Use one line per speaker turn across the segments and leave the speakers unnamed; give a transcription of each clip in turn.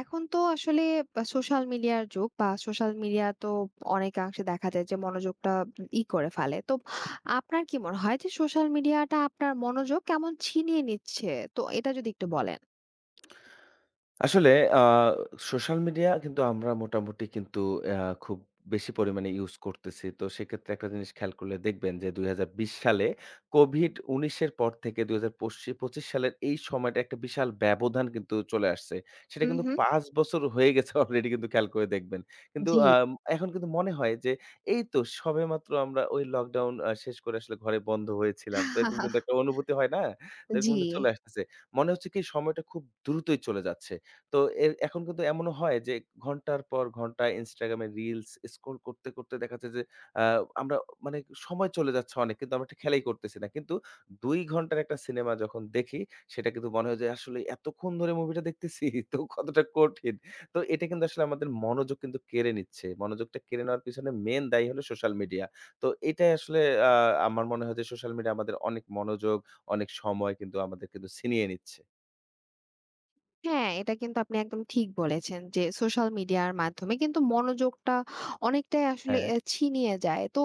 এখন তো আসলে সোশ্যাল মিডিয়ার যুগ বা সোশ্যাল মিডিয়া তো অনেকাংশে দেখা যায় যে মনোযোগটা করে ফেলে। তো আপনার কি মনে হয় যে সোশ্যাল মিডিয়াটা আপনার মনোযোগ কেমন ছিনিয়ে নিচ্ছে? তো এটা যদি একটু বলেন।
আসলে আ সোশ্যাল মিডিয়া কিন্তু আমরা মোটামুটি কিন্তু অ্যা খুব বেশি পরিমাণে ইউজ করতেছি। তো সেক্ষেত্রে একটা জিনিস খেয়াল করলে দেখবেন যে ২০২০ সালে COVID-19 এর পর থেকে ২০২৫ সালের এই সময়টা একটা বিশাল ব্যবধান কিন্তু চলে আসছে। সেটা
হু,
কিন্তু
হু।
৫ বছর হয়ে গেছে অলরেডি কিন্তু খেয়াল করে দেখবেন। কিন্তু
জি।
এখন কিন্তু মনে হয় যে এই তো সবেমাত্র আমরা ওই লকডাউন শেষ করে আসলে ঘরে বন্ধ হয়েছিলাম। তো এরকম কিন্তু একটা অনুভূতি হয় না? তো এরকম
জি।
কিন্তু চলে আসতেছে। মনে হচ্ছে কি সময়টা খুব দ্রুতই চলে যাচ্ছে। তো এখন কিন্তু এমনও হয় যে ঘন্টার পর ঘন্টা Instagram এ রিলস স্ক্রল করতে, করতে দেখা যাচ্ছে যে আ আমরা মানে সময় চলে যাচ্ছে অনেক। কিন্তু আমরা একটা খেলাই করতেছি না। কিন্তু ২ ঘন্টার একটা সিনেমা যখন দেখি, সেটা কিন্তু মনে হয় যে আসলে এতক্ষণ ধরে মুভিটা দেখতেছি তো কতটা কঠিন। তো এটা কিন্তু আসলে আমাদের মনোযোগ কিন্তু কেড়ে নিচ্ছে। মনোযোগটা কেড়ে নেওয়ার পিছনে মেইন দায়ী হলো সোশ্যাল মিডিয়া। তো এটাই আসলে আ আমার মনে হয় যে সোশ্যাল মিডিয়া আমাদের অনেক মনোযোগ, অনেক সময় কিন্তু আমাদের কিন্তু ছিনিয়ে নিচ্ছে।
হ্যাঁ, এটা কিন্তু আপনি একদম ঠিক বলেছেন যে সোশ্যাল মিডিয়ার মাধ্যমে কিন্তু মনোযোগটা অনেকটাই আসলে
হ্যাঁ,
ছিনিয়ে যায়। তো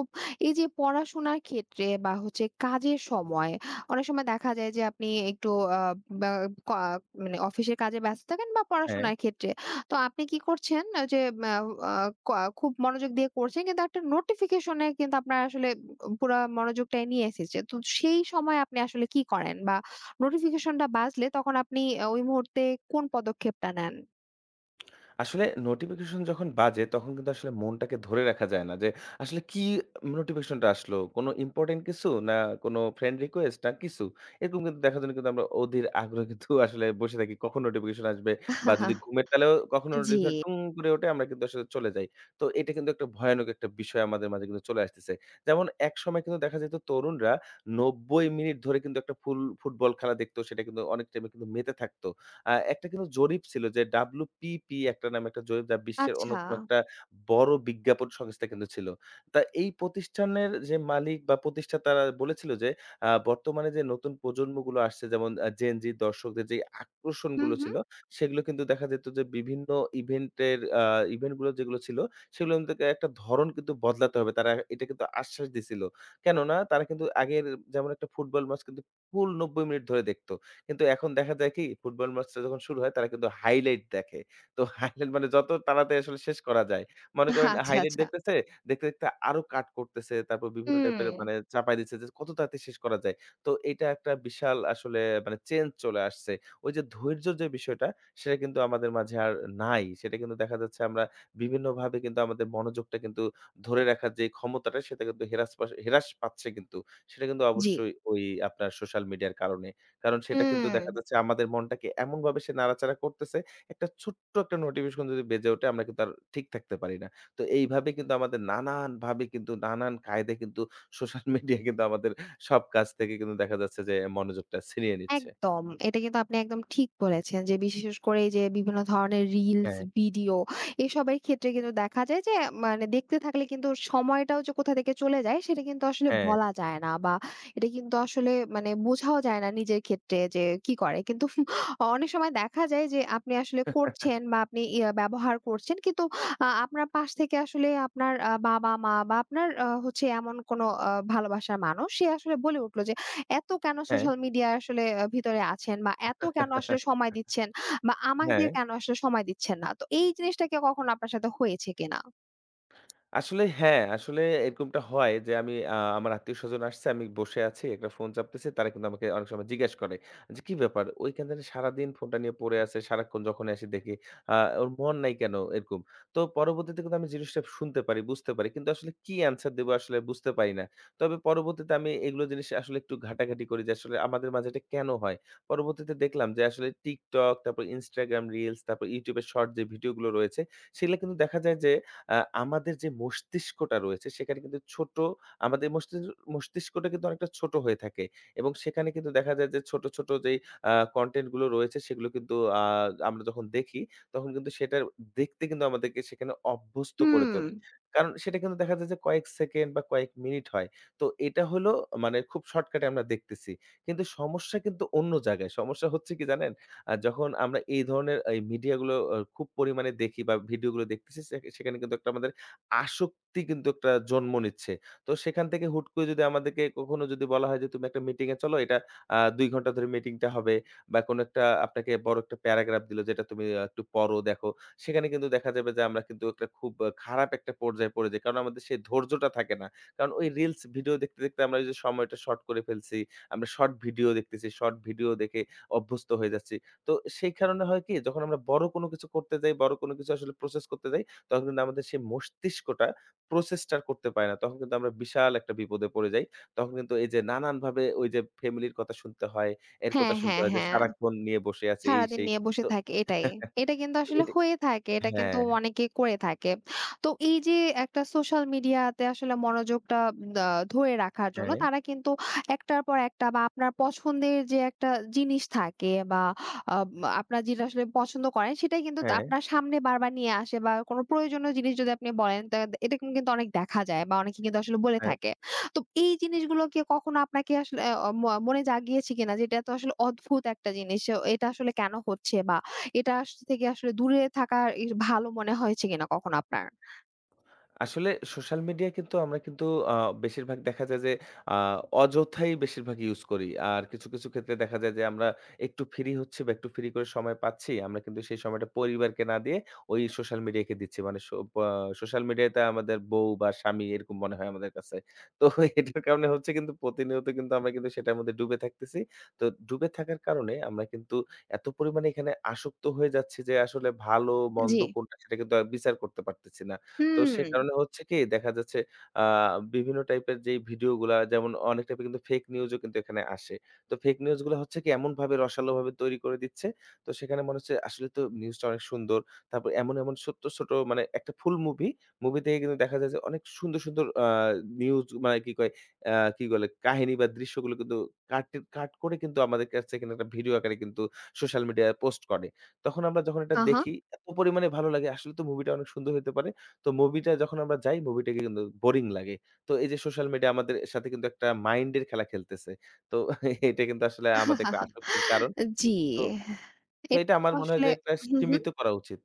এই যে পড়াশোনার ক্ষেত্রে বা হচ্ছে কাজের সময় অনেক সময় দেখা যায় যে আপনি একটু আ বা কা মানে অফিসের কাজে ব্যস্ত থাকেন বা
হ্যাঁ।
পড়াশোনার ক্ষেত্রে। তো আপনি কি করছেন যে মা আ কা খুব মনোযোগ দিয়ে করছেন কিন্তু একটা নোটিফিকেশন এ কিন্তু আপনার আসলে পুরা মনোযোগটাই নিয়ে এসেছে। তো সেই সময় আপনি আসলে কি করেন? বা নোটিফিকেশনটা বাজলে তখন আপনি ওই মুহূর্তে কোন পদক্ষেপটা নেন?
আসলে নোটিফিকেশন যখন বাজে তখন কিন্তু আসলে মনটাকে ধরে রাখা যায় না যে আসলে কি নোটিফিকেশনটা আসলো কোনো ইম্পর্টেন্ট কিছু না কোনো ফ্রেন্ড রিকোয়েস্ট না কিছু এরকম কিন্তু দেখার জন্য কিন্তু আমরা অধীর আগ্রহে কিন্তু আসলে বসে থাকি কখন নোটিফিকেশন আসবে বা যদি ঘুমের তালেও কখনো
জি,
নোটিফিকেশন টুং করে ওঠে আমরা কিন্তু আসলে চলে যাই। তো এটা কিন্তু একটা ভয়ানক একটা বিষয় আমাদের মাঝে কিন্তু চলে আসতেছে। যেমন এক সময় কিন্তু দেখা যেত তরুণরা ৯০ মিনিট ধরে কিন্তু একটা ফুল ফুটবল খেলা দেখতো, সেটা কিন্তু অনেক টাইমে কিন্তু মেতে থাকতো। একটা কিন্তু জরিপ ছিল যে WPP একটা নামে একটা জরিপ, যা বিশ্বের
আচ্ছা।
অন্যতম একটা বড় বিজ্ঞাপন সংস্থা কিন্তু ছিল। তা এই প্রতিষ্ঠানের যে মালিক বা প্রতিষ্ঠাতারা বলেছিল যে বর্তমানে যে নতুন প্রজন্মগুলো আসছে যেমন Gen Z দর্শকদের যে
হুম,
আকর্ষণগুলো
হুম।
ছিল সেগুলো কিন্তু দেখা যেত যে বিভিন্ন ইভেন্টের ইভেন্ট গুলো যেগুলো ছিল সেগুলোর থেকে একটা ধরন কিন্তু বদলাতে হবে। তারা এটা কিন্তু আশ্বাস দিছিল। কেননা তারা কিন্তু আগের যেমন একটা ফুটবল ম্যাচ কিন্তু ফুল ৯০ মিনিট ধরে দেখত। কিন্তু এখন দেখা যায় কি ফুটবল ম্যাচটা যখন শুরু হয় তারা কিন্তু হাইলাইট দেখে। তো হাইলাইট মানে যত তাড়াতাড়ি আসলে শেষ করা যায়। মনে করেন
আচ্ছা,
হাইলাইট
আচ্ছা।
দেখতেছে, দেখতে, দেখতে আরো কাট করতেছে। তারপর বিভিন্ন
হুম।
টাইপের মানে চাপায় দিচ্ছে যে কত তাড়াতাড়ি শেষ করা যায়। তো এটা একটা বিশাল আসলে মানে চেঞ্জ চলে আসছে। ওই যে ধৈর্যর যে বিষয়টা সেটা কিন্তু আমাদের মাঝে আর নাই। সেটা কিন্তু দেখা যাচ্ছে আমরা বিভিন্নভাবে কিন্তু আমাদের মনোযোগটা কিন্তু ধরে রাখার যে ক্ষমতাটা সেটা কিন্তু হেরাস পাচ্ছে কিন্তু। সেটা কিন্তু
জি।
অবশ্যই ওই আপনার সোশ্যাল মিডিয়ার কারণে। কারণ সেটা কিন্তু
হুম।
দেখা যাচ্ছে আমাদের মনটাকে এমনভাবে সে নাড়াচাড়া করতেছে, একটা ছোট্ট একটা নোটিফিকেশন যদি বেজে ওঠে আমরা কিন্তু আর ঠিক থাকতে পারি না। তো এইভাবে কিন্তু আমাদের নানানভাবে কিন্তু নানান কায়দায় কিন্তু সোশ্যাল মিডিয়া কিন্তু আমাদের সব কাজ থেকে কিন্তু দেখা যাচ্ছে যে মনোযোগটা ছিনিয়ে নিচ্ছে।
একদম। এটা কিন্তু আপনি একদম ঠিক বলেছেন যে বিশেষ করে এই যে বিভিন্ন ধরনের রিলস,
হ্যাঁ,
ভিডিও এসবের ক্ষেত্রে কিন্তু দেখা যায় যে মানে দেখতে থাকলে কিন্তু সময়টাও যে কোথা থেকে চলে যায় সেটা কিন্তু আসলে
হ্যাঁ,
বলা যায় না বা এটা কিন্তু আসলে মানে বোঝাও যায় না নিজের ক্ষেত্রে যে কি করে। কিন্তু অনেক সময় দেখা যায় যে আপনি আসলে করছেন বা আপনি ইয়া ব্যবহার করছেন কিন্তু আপনার পাশ থেকে আসলে আপনার বাবা-মা বা আপনার হচ্ছে এমন কোনো ভালোবাসার মানুষ সে আসলে বলে উঠলো যে এত কেন
হ্যাঁ,
সোশ্যাল মিডিয়ায় আসলে ভিতরে আছেন বা এত কেন আসলে সময় দিচ্ছেন বা আমাদের
হ্যাঁ।
কেন আসলে সময় দিচ্ছেন না? তো এই জিনিসটা কি কখনো আপনার সাথে হয়েছে কিনা?
আসলে হ্যাঁ, আসলে এরকমটা হয় যে আমি আমার আত্মীয়স্বজন আসছে, আমি বসে আছি, একটা ফোন চাপতেছি। তারা কিন্তু আমাকে অনেক সময় জিজ্ঞেস করে যে, "কি ব্যাপার? ওইখানে সারাদিন ফোনটা নিয়ে পড়ে আছে। সারাক্ষণ যখনই আসি দেখি আ ওর মন নাই কেন?" এরকম। তো পরবর্তীতে কিন্তু আমি জিনিসটা শুনতে পারি, বুঝতে পারি। কিন্তু আসলে কি অ্যান্সার দেব আসলে বুঝতে পারি না। তবে পরবর্তীতে আমি এগুলো জিনিস আসলে একটু ঘাটাঘাটি করি যে আসলে আমাদের মাঝে এটা কেন হয়? পরবর্তীতে দেখলাম যে আসলে TikTok, তারপর Instagram Reels, তারপর YouTube এর শর্ট যে ভিডিওগুলো রয়েছে, সেগুলা কিন্তু দেখা যায় যে আ আমাদের যে মস্তিষ্কটা রয়েছে সেখানে কিন্তু ছোট আমাদের মস্তিষ্কটা কিন্তু অনেকটা ছোট হয়ে থাকে এবং সেখানে কিন্তু দেখা যায় যে ছোট, ছোট যেই কনটেন্ট গুলো রয়েছে সেগুলো কিন্তু আ আমরা যখন দেখি তখন কিন্তু সেটার দেখতে কিন্তু আমাদেরকে সেখানে অভ্যস্ত করে
হুম।
তোলে। কারণ সেটা কিন্তু দেখা যায় যে কয়েক সেকেন্ড বা কয়েক মিনিট হয়। তো এটা হলো মানে খুব শর্টকাটে আমরা দেখতেছি। কিন্তু সমস্যা কিন্তু অন্য জায়গায়। সমস্যা হচ্ছে কি জানেন? যখন আমরা এই ধরনের এই মিডিয়াগুলো খুব পরিমাণে দেখি বা ভিডিওগুলো দেখতেছি সেখানে কিন্তু একটা আমাদের আসক্তি কিন্তু একটা জন্ম নিচ্ছে। তো সেখান থেকে হুট করে যদি আমাদেরকে কখনো যদি বলা হয় যে, "তুমি একটা মিটিং এ চলো, এটা ২ ঘন্টা ধরে মিটিংটা হবে" বা কোনো একটা আপনাকে বড় একটা প্যারাগ্রাফ দিল যেটা তুমি একটু পড়ো, দেখো। সেখানে কিন্তু দেখা যাবে যে আমরা কিন্তু একটা খুব খারাপ একটা পর্যায়ে পড়ে যাই। কারণ আমাদের সেই ধৈর্যটা থাকে না। কারণ ওই রিলস ভিডিও দেখতে, দেখতে আমরা ওই যে সময়টা শর্ট করে ফেলছি। আমরা শর্ট ভিডিও দেখতেছি, শর্ট ভিডিও দেখে অভ্যস্ত হয়ে যাচ্ছি। তো সেই কারণে হয় কি যখন আমরা বড় কোনো কিছু করতে যাই, বড় কোনো কিছু আসলে প্রসেস করতে যাই, তখন কিন্তু আমাদের সেই মস্তিষ্কটা প্রসেসটা আর করতে পারে না। তখন কিন্তু আমরা বিশাল একটা বিপদে পড়ে যাই। তখন কিন্তু এই যে নানানভাবে ওই যে ফ্যামিলির কথা শুনতে হয়, এর
হ্যাঁ,
কথা শুনতে
হ্যাঁ,
হয় যে
হ্যাঁ।
সারাক্ষণ নিয়ে বসে আছে এই
সারাদিন
সেই।
নিয়ে বসে
তো
থাকে এটাই। এটা কিন্তু আসলে
এটা
হয়ে থাকে। এটা কিন্তু
হ্যাঁ,
অনেকে করে থাকে। তো এই যে একটা সোশ্যাল মিডিয়াতে আসলে মনোযোগটা দা ধরে রাখার জন্য
হ্যাঁ,
তারা কিন্তু একটার পর একটা বা আপনার পছন্দের যে একটা জিনিস থাকে বা আব আপনার যেটা আসলে পছন্দ করেন সেটাই কিন্তু তা
হ্যাঁ,
আপনার সামনে বারবার নিয়ে আসে বা কোনো প্রয়োজনীয় জিনিস যদি আপনি বলেন তা এরকম কিন্তু অনেক দেখা যায় বা অনেকে কিন্তু আসলে বলে
হ্যাঁ।
থাকে। তো এই জিনিসগুলোকে কখনো আপনাকে আসলে অ ম মনে জাগিয়েছে কিনা যে, এটা তো আসলে অদ্ভুত একটা জিনিস। এটা আসলে কেন হচ্ছে? বা এটা থেকে আসলে দূরে থাকা ভালো মনে হয়েছে কিনা কখনো আপনার?
আসলে সোশ্যাল মিডিয়া কিন্তু আমরা কিন্তু আ বেশিরভাগ দেখা যায় যে আ অযথাই বেশিরভাগ ইউজ করি। আর কিছু, কিছু ক্ষেত্রে দেখা যায় যে আমরা একটু ফ্রি হচ্ছি বা একটু ফ্রি করে সময় পাচ্ছি। আমরা কিন্তু সেই সময়টা পরিবারকে না দিয়ে ওই সোশ্যাল মিডিয়াকে দিচ্ছি। মানে সো পা সোশ্যাল মিডিয়াতে আমাদের বউ বা স্বামী এরকম মনে হয় আমাদের কাছে। তো এটার কারণে হচ্ছে কিন্তু প্রতিনিয়ত কিন্তু আমরা কিন্তু সেটার মধ্যে ডুবে থাকতেছি। তো ডুবে থাকার কারণে আমরা কিন্তু এত পরিমাণে এখানে আসক্ত হয়ে যাচ্ছি যে আসলে ভালো
জি।
মন্দ কোনটা সেটা কিন্তু আর বিচার করতে পারতেছি না। তো সে
হুম।
কারণে হচ্ছে কি দেখা যাচ্ছে আ বিভিন্ন টাইপের যেই ভিডিওগুলা যেমন অনেক টাইপের কিন্তু ফেক নিউজও কিন্তু এখানে আসে। তো ফেক নিউজ গুলা হচ্ছে কি এমনভাবে রসালোভাবে তৈরি করে দিচ্ছে। তো সেখানে মনে হচ্ছে আসলে তো নিউজটা অনেক সুন্দর। তারপর এমন, এমন ছোট্ট, ছোট মানে একটা ফুল মুভি, মুভি থেকে কিন্তু দেখা যায় যে অনেক সুন্দর, সুন্দর নিউজ মানে কি কয় কি বলে কাহিনী বা দৃশ্যগুলো কিন্তু কাটে কাট করে কিন্তু আমাদের কাছে কিন্তু একটা ভিডিও আকারে কিন্তু সোশ্যাল মিডিয়ায় পোস্ট করে। তখন আমরা যখন এটা
আ হা।
দেখি এত পরিমাণে ভালো লাগে আসলে তো মুভিটা অনেক সুন্দর হইতে পারে। তো মুভিটা যখন আমরা যাই মুভিটাকে কিন্তু বোরিং লাগে। তো এই যে সোশ্যাল মিডিয়া আমাদের সাথে কিন্তু একটা মাইন্ডের খেলা খেলতেছে। তো এটা কিন্তু আসলে আমাদের একটা আসক্তির কারণ।
জি।
তো, তো
এটা
এটা আমার মনে হয়
আসলে
যে একটা
হুম, হুম।
সীমিত করা উচিত।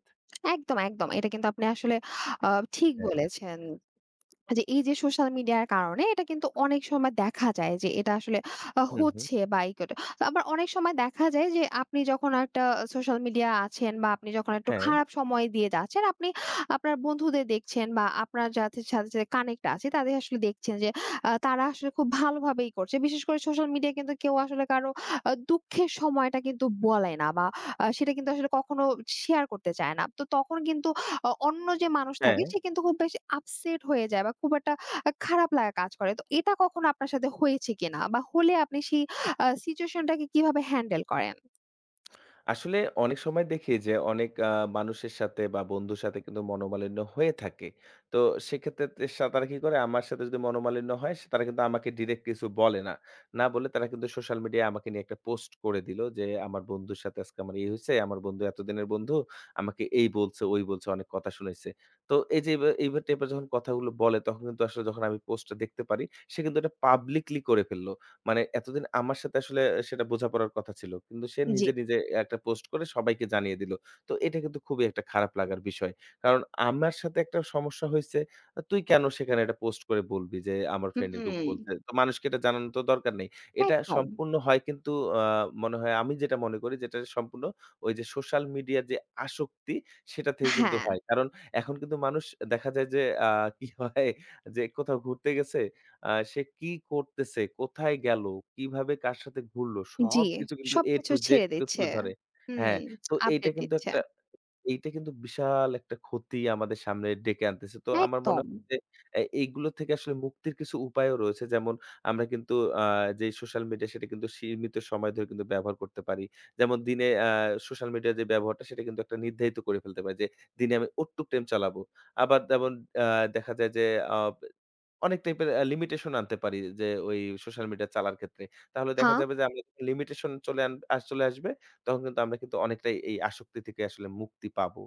একদম, একদম। এটা কিন্তু আপনি আসলে আ ঠিক
হ্যাঁ।
বলেছেন। যে এই যে সোশ্যাল মিডিয়ার কারণে এটা কিন্তু অনেক সময় দেখা যায় যে এটা আসলে
হুম, হুম।
হচ্ছে বা এই করে। আবার অনেক সময় দেখা যায় যে আপনি যখন একটা সোশ্যাল মিডিয়া আছেন বা আপনি যখন একটু
হ্যাঁ,
খারাপ সময় দিয়ে যাচ্ছেন, আপনি আপনার বন্ধুদের দেখছেন বা আপনার যাদের সাথে যে কানেক্ট আছে তাদের আসলে দেখছেন যে তারা আসলে খুব ভালোভাবেই করছে। বিশেষ করে সোশ্যাল মিডিয়া কিন্তু কেউ আসলে কারো দুঃখের সময়টা কিন্তু বলে না বা সেটা কিন্তু আসলে কখনো শেয়ার করতে চায় না। তো তখন কিন্তু অন্য যে মানুষ থাকে
হ্যাঁ।
সে কিন্তু খুব বেশি আপসেট হয়ে যায় বা খুব একটা খারাপ লাগা কাজ করে। তো এটা কখনো আপনার সাথে হয়েছে কিনা? বা হলে আপনি সেই সিচুয়েশন টাকে কিভাবে হ্যান্ডেল করেন?
আসলে অনেক সময় দেখি যে অনেক মানুষের সাথে বা বন্ধুর সাথে কিন্তু মনোমালিন্য হয়ে থাকে। তো সেক্ষেত্রে তে সা তারা কি করে আমার সাথে যদি মনোমালিন্য হয় সে তারা কিন্তু আমাকে ডিরেক্ট কিছু বলে না। না বলে তারা কিন্তু সোশ্যাল মিডিয়ায় আমাকে নিয়ে একটা পোস্ট করে দিলো যে, "আমার বন্ধুর সাথে আজকে আমার এই হইছে। আমার বন্ধু এতদিনের বন্ধু আমাকে এই বলছে, ওই বলছে, অনেক কথা শুনাইছে।" তো এই যে এই টাইপের যখন কথাগুলো বলে তখন কিন্তু আসলে যখন আমি পোস্টটা দেখতে পারি সে কিন্তু এটা পাবলিকলি করে ফেলল। মানে এতদিন আমার সাথে আসলে সেটা বোঝাপড়ার কথা ছিল। কিন্তু সে
জি।
নিজে, নিজে একটা পোস্ট করে সবাইকে জানিয়ে দিল। তো এটা কিন্তু খুবই একটা খারাপ লাগার বিষয়। কারণ আমার সাথে একটা সমস্যা হইছে। তুই কেন সেখানে এটা পোস্ট করে বলবি যে আমার ফ্রেন্ড এর গ্রুপ
হুম।
খুলছে। তো মানুষকে এটা জানানোর তো দরকার নেই। এটা
একদম।
সম্পূর্ণ হয় কিন্তু আ মনে হয় আমি যেটা মনে করি যেটা সম্পূর্ণ ওই যে সোশ্যাল মিডিয়ার যে আসক্তি সেটা থেকে কিন্তু
হ্যাঁ,
হয়। কারণ এখন কিন্তু মানুষ দেখা যায় যে আ কি হয় যে কোথাও ঘুরতে গেছে আ সে কি করতেছে, কোথায় গেল, কিভাবে কার সাথে ঘুরলো
জি।
সবকিছু কিন্তু A
সবকিছু
to Z
ছেড়ে
কিন্তু
দিচ্ছে।
তুলে ধরে।
হুম,
হ্যাঁ, তো এইটা
আপডেট
কিন্তু
দিচ্ছে।
একটা এইটা কিন্তু বিশাল একটা ক্ষতি আমাদের সামনে ডেকে আনতেছে। তো আমার মনে
একদম।
হয় যে এইগুলো থেকে আসলে মুক্তির কিছু উপায়ও রয়েছে। যেমন আমরা কিন্তু আ যে সোশ্যাল মিডিয়া সেটা কিন্তু সীমিত সময় ধরে কিন্তু ব্যবহার করতে পারি। যেমন দিনে সোশ্যাল মিডিয়ার যে ব্যবহারটা সেটা কিন্তু একটা নির্ধারিত করে ফেলতে পারি যে দিনে আমি অতটুক টাইম চালাবো। আবার যেমন আ দেখা যায় যে আ অনেক টাইপের লিমিটেশন আনতে পারি যে ওই সোশ্যাল মিডিয়া চালার ক্ষেত্রে। তাহলে
হা
দেখা যাবে যে আমরা যখন লিমিটেশন চলে আন আস চলে আসবে তখন কিন্তু আমরা কিন্তু অনেকটাই এই আসক্তি থেকে আসলে মুক্তি পাবো।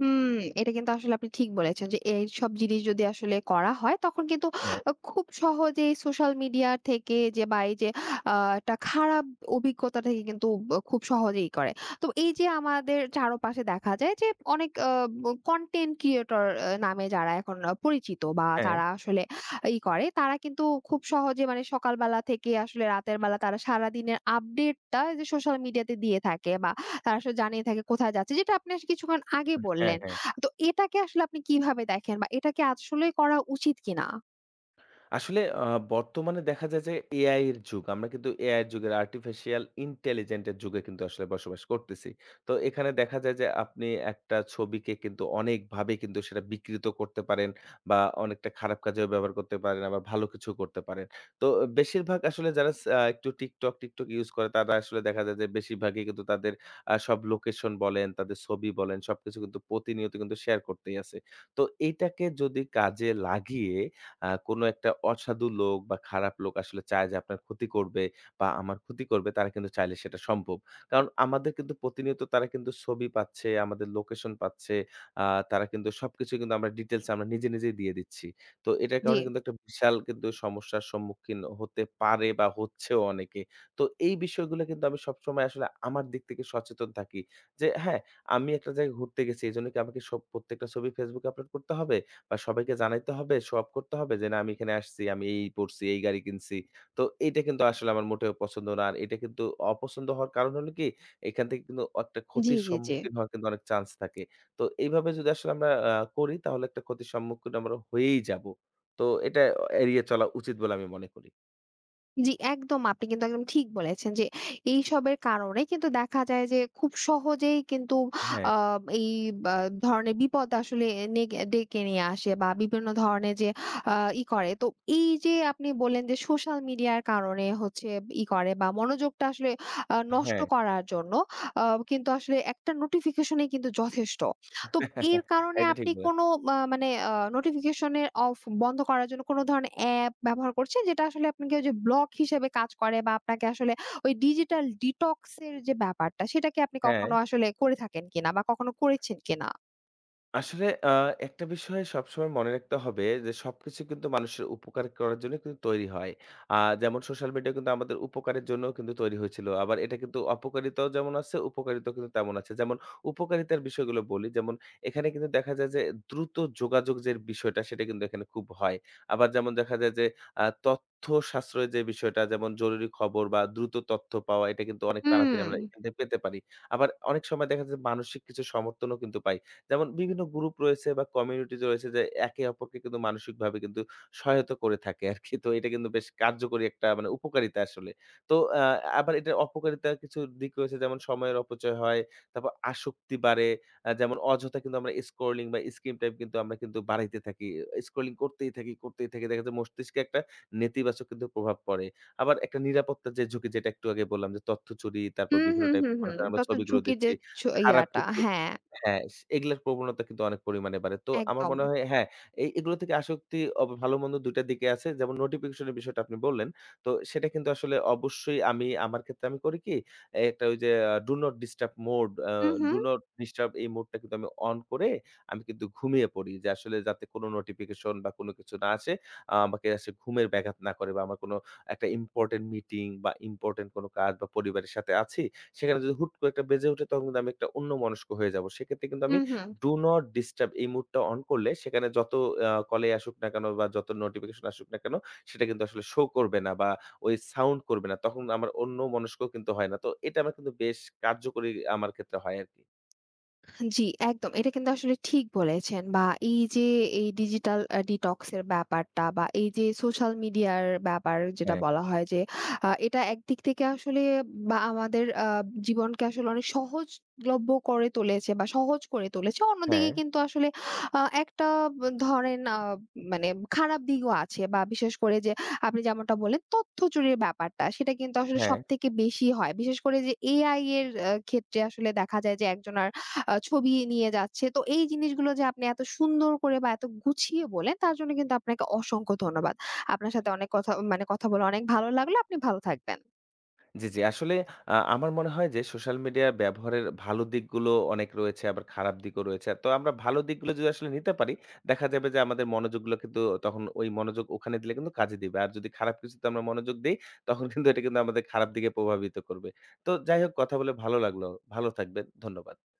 হুম, এটা কিন্তু আসলে আপনি ঠিক বলেছেন যে এইসব জিনিস যদি আসলে করা হয় তখন কিন্তু
হ্যাঁ।
খুব সহজেই সোশ্যাল মিডিয়া থেকে যে বা এই যে আ একটা খারাপ অভিজ্ঞতা থেকে কিন্তু খুব সহজেই করে। তো এই যে আমাদের চারপাশে দেখা যায় যে অনেক আ ব কনটেন্ট ক্রিয়েটর নামে যারা এখন পরিচিত বা
হ্যাঁ,
তারা আসলে করে তারা কিন্তু খুব সহজে মানে সকালবেলা থেকে আসলে রাতের বেলা তারা সারাদিনের আপডেটটা যে সোশ্যাল মিডিয়াতে দিয়ে থাকে বা তারা আসলে জানিয়ে থাকে কোথায় যাচ্ছে। যেটা আপনি কিছুক্ষণ আগে
হ্যাঁ,
বললেন।
হ্যাঁ।
তো এটাকে আসলে আপনি কিভাবে দেখেন বা এটা কি আসলেই করা উচিত কিনা?
আসলে বর্তমানে দেখা যায় যে এআই এর যুগ। আমরা কিন্তু এআই এর যুগের আর্টিফিশিয়াল ইন্টেলিজেন্ট এর যুগে কিন্তু আসলে বসবাস করতেছি। তো এখানে দেখা যায় যে আপনি একটা ছবিকে কিন্তু অনেকভাবে কিন্তু সেটা বিকৃত করতে পারেন বা অনেকটা খারাপ কাজেও ব্যবহার করতে পারেন, আবার ভালো কিছু করতে পারেন। তো বেশিরভাগ আসলে যারা স আ একটু TikTok ইউজ করে তারা আসলে দেখা যায় যে বেশিরভাগই কিন্তু তাদের সব লোকেশন বলেন, তাদের ছবি বলেন সবকিছু কিন্তু প্রতিনিয়ত কিন্তু শেয়ার করতেই আছে। তো এইটাকে যদি কাজে লাগিয়ে কোনো একটা অসাধু লোক বা খারাপ লোক আসলে চায় যে আপনার ক্ষতি করবে বা আমার ক্ষতি করবে, তারা কিন্তু চাইলে সেটা সম্ভব। কারণ আমাদের কিন্তু প্রতিনিয়ত তারা কিন্তু ছবি পাচ্ছে, আমাদের লোকেশন পাচ্ছে, আ তারা কিন্তু সবকিছু কিন্তু আমরা ডিটেইলস আমরা নিজেই দিয়ে দিচ্ছি। তো এটার
জি,
কারণে কিন্তু একটা বিশাল কিন্তু সমস্যার সম্মুখীন হতে পারে বা হচ্ছেও অনেকে। তো এই বিষয়গুলো কিন্তু আমি সবসময় আসলে আমার দিক থেকে সচেতন থাকি যে, হ্যাঁ, আমি একটা জায়গায় ঘুরতে গেছি। এজন্য কি আমাকে সব প্রত্যেকটা ছবি Facebook এ আপলোড করতে হবে? বা সবাইকে জানাইতে হবে, শো অফ করতে হবে যে, "না, আমি এখানে আসছি, আমি এই পড়ছি, এই গাড়ি কিনছি।" তো এইটা কিন্তু আসলে আমার মোটেও পছন্দ না। আর এটা কিন্তু অপছন্দ হওয়ার কারণ হলো কি? এখান থেকে কিন্তু একটা
জি,
ক্ষতির
জি, জি।
সম্মুখীন হওয়ার কিন্তু অনেক চান্স থাকে। তো এইভাবে যদি আসলে আমরা করি তাহলে একটা ক্ষতির সম্মুখীন আমরা হয়েই যাবো। তো এটা এড়িয়ে চলা উচিত বলে আমি মনে করি।
জি, একদম আপনি কিন্তু একদম ঠিক বলেছেন যে এইসবের কারণে কিন্তু দেখা যায় যে খুব সহজেই কিন্তু
হ্যাঁ,
আ এই বা ধরনের বিপদ আসলে ডেকে নিয়ে আসে বা বিভিন্ন ধরনের যে আ ই করে। তো এই যে আপনি বললেন যে সোশ্যাল মিডিয়ার কারণে হচ্ছে করে বা মনোযোগটা আসলে নষ্ট
হ্যাঁ।
করার জন্য আ কিন্তু আসলে একটা নোটিফিকেশন ই কিন্তু যথেষ্ট। তো এর কারণে
এটা ঠিক
আপনি কোনো
বলেছেন।
মানে নোটিফিকেশন এর অফ বন্ধ করার জন্য কোনো ধরনের অ্যাপ ব্যবহার করছেন? যেটা আসলে আপনাকে ওই যে ব্লক হিসেবে কাজ করে বা আপনাকে আসলে ওই ডিজিটাল ডিটক্স এর যে ব্যাপারটা, সেটা কি আপনি
হ্যাঁ।
কখনো আসলে করে থাকেন কিনা বা কখনো করেছেন কিনা?
আসলে একটা বিষয় সবসময় মনে রাখতে হবে যে, সবকিছু কিন্তু মানুষের উপকার করার জন্য কিন্তু তৈরি হয়। আ যেমন সোশ্যাল মিডিয়া কিন্তু আমাদের উপকারের জন্যও কিন্তু তৈরি হয়েছিল। আবার এটা কিন্তু অপকারিতাও যেমন আছে, উপকারিতাও কিন্তু তেমন আছে। যেমন উপকারিতার বিষয়গুলো বলি, যেমন এখানে কিন্তু দেখা যায় যে, দ্রুত যোগাযোগ যে বিষয়টা সেটা কিন্তু এখানে খুব হয়। আবার যেমন দেখা যায় যে, তথ্য সাশ্রয়ের যে বিষয়টা যেমন জরুরি খবর বা দ্রুত তথ্য পাওয়া এটা কিন্তু অনেক
হুম।
তাড়াতাড়ি আমরা এখান থেকে পেতে পারি। আবার অনেক সময় দেখা যায় যে, মানসিক কিছু সমর্থনও কিন্তু পাই। যেমন বিভিন্ন গ্রুপ রয়েছে বা কমিউনিটিজ রয়েছে যে একে অপরকে কিন্তু মানসিকভাবে কিন্তু সহায়তা করে থাকে আরকি। তো এটা কিন্তু বেশ কার্যকরী একটা মানে উপকারিতা আসলে। তো আবার এটার অপকারিতার কিছু দিক রয়েছে যেমন সময়ের অপচয় হয়, তারপর আসক্তি বাড়ে। যেমন অযথা কিন্তু আমরা স্ক্রলিং বা স্ক্রিন টাইম কিন্তু আমরা কিন্তু বাড়াইতে থাকি। স্ক্রলিং করতেই থাকি, করতেই থাকি। দেখা যায় মস্তিষ্কে একটা নেতিবাচক কিন্তু প্রভাব পড়ে। আবার একটা নিরাপত্তার যে ঝুঁকি যেটা একটু আগে বললাম যে তথ্য চুরি, তারপর
হুম,
বিভিন্ন
হুম,
টাইপ
হুম,
মনে
হুম।
করেন আমরা
তত
ছবিগুলো
ঝুঁকি যে
দিচ্ছি। খারাপ
ইয়াটা
কিছু
হ্যাঁ,
হ্যাঁ, স এগুলার প্রবণতা কিন্তু অনেক পরিমাণে বাড়ে। তো আমার
একদম।
মনে হয় হ্যাঁ, এই এগুলো থেকে আসক্তি অব ভালো-মন্দ ২ টা দিকে আছে। যেমন নোটিফিকেশন এর বিষয়টা আপনি বললেন। তো সেটা কিন্তু আসলে অবশ্যই আমি আমার ক্ষেত্রে আমি করি কি, একটা ওই যে ডু নট ডিস্টার্ব মোড,
হু, হু।
ডু নট ডিস্টার্ব এই মোডটা কিন্তু আমি অন করে আমি কিন্তু ঘুমিয়ে পড়ি। যে আসলে যাতে কোনো নোটিফিকেশন বা কোনো কিছু না আসে, আমাকে আসে ঘুমের ব্যাঘাত না করে বা আমার কোনো একটা ইম্পোর্টেন্ট মিটিং বা ইম্পোর্টেন্ট কোনো কাজ বা পরিবারের সাথে আছি। সেখানে যদি হুট করে একটা বেজে উঠে তখন কিন্তু আমি একটা অন্যমনস্ক হয়ে যাবো। সেক্ষেত্রে কিন্তু আমি
হুম, হুম।
ডু নট ডিস্টার্ব এই মুডটা অন করলে সেখানে যত কলই আসুক না কেন বা যত নোটিফিকেশন আসুক না কেন সেটা কিন্তু আসলে শো করবে না বা ওই সাউন্ড করবে না। তখন আমার অন্যমনস্ক কিন্তু হয় না। তো এটা আমার কিন্তু বেশ কার্যকরী আমার ক্ষেত্রে হয় আরকি।
জি, একদম। এটা কিন্তু আসলে ঠিক বলেছেন বা এই যে এই ডিজিটাল ডিটক্স এর ব্যাপারটা বা এই যে সোশ্যাল মিডিয়ার ব্যাপার যেটা
হ্যাঁ,
বলা হয় যে এটা একদিক থেকে আসলে বা আমাদের জীবনকে আসলে অনেক সহজলভ্য করে তুলেছে বা সহজ করে তুলেছে। অন্যদিকে
হ্যাঁ,
কিন্তু আসলে একটা ধরেন মানে খারাপ দিকও আছে বা বিশেষ করে যে আপনি যেমনটা বললেন তথ্য চুরির ব্যাপারটা সেটা কিন্তু আসলে
হ্যাঁ।
সবথেকে বেশি হয়। বিশেষ করে যে এআই এর ক্ষেত্রে আসলে দেখা যায় যে একজন আর ছবি নিয়ে যাচ্ছে। তো এই জিনিসগুলো যে আপনি এত সুন্দর করে বা এত গুছিয়ে বলেন তার জন্য কিন্তু আপনাকে অসংখ্য ধন্যবাদ। আপনার সাথে অনেক কথা মানে কথা বলে অনেক ভালো লাগলো। আপনি ভালো থাকবেন।
জি, জি। আসলে আমার মনে হয় যে সোশ্যাল মিডিয়া ব্যবহারের ভালো দিকগুলো অনেক রয়েছে, আবার খারাপ দিকও রয়েছে। তো আমরা ভালো দিকগুলো যদি আসলে নিতে পারি, দেখা যাবে যে আমাদের মনোযোগগুলো কিন্তু তখন ওই মনোযোগ ওখানে দিলে কিন্তু কাজে দিবে। আর যদি খারাপ কিছুতে আমরা মনোযোগ দেই, তখন কিন্তু এটা কিন্তু আমাদের খারাপ দিকে প্রভাবিত করবে। তো যাই হোক কথা বলে ভালো লাগলো। ভালো থাকবেন। ধন্যবাদ।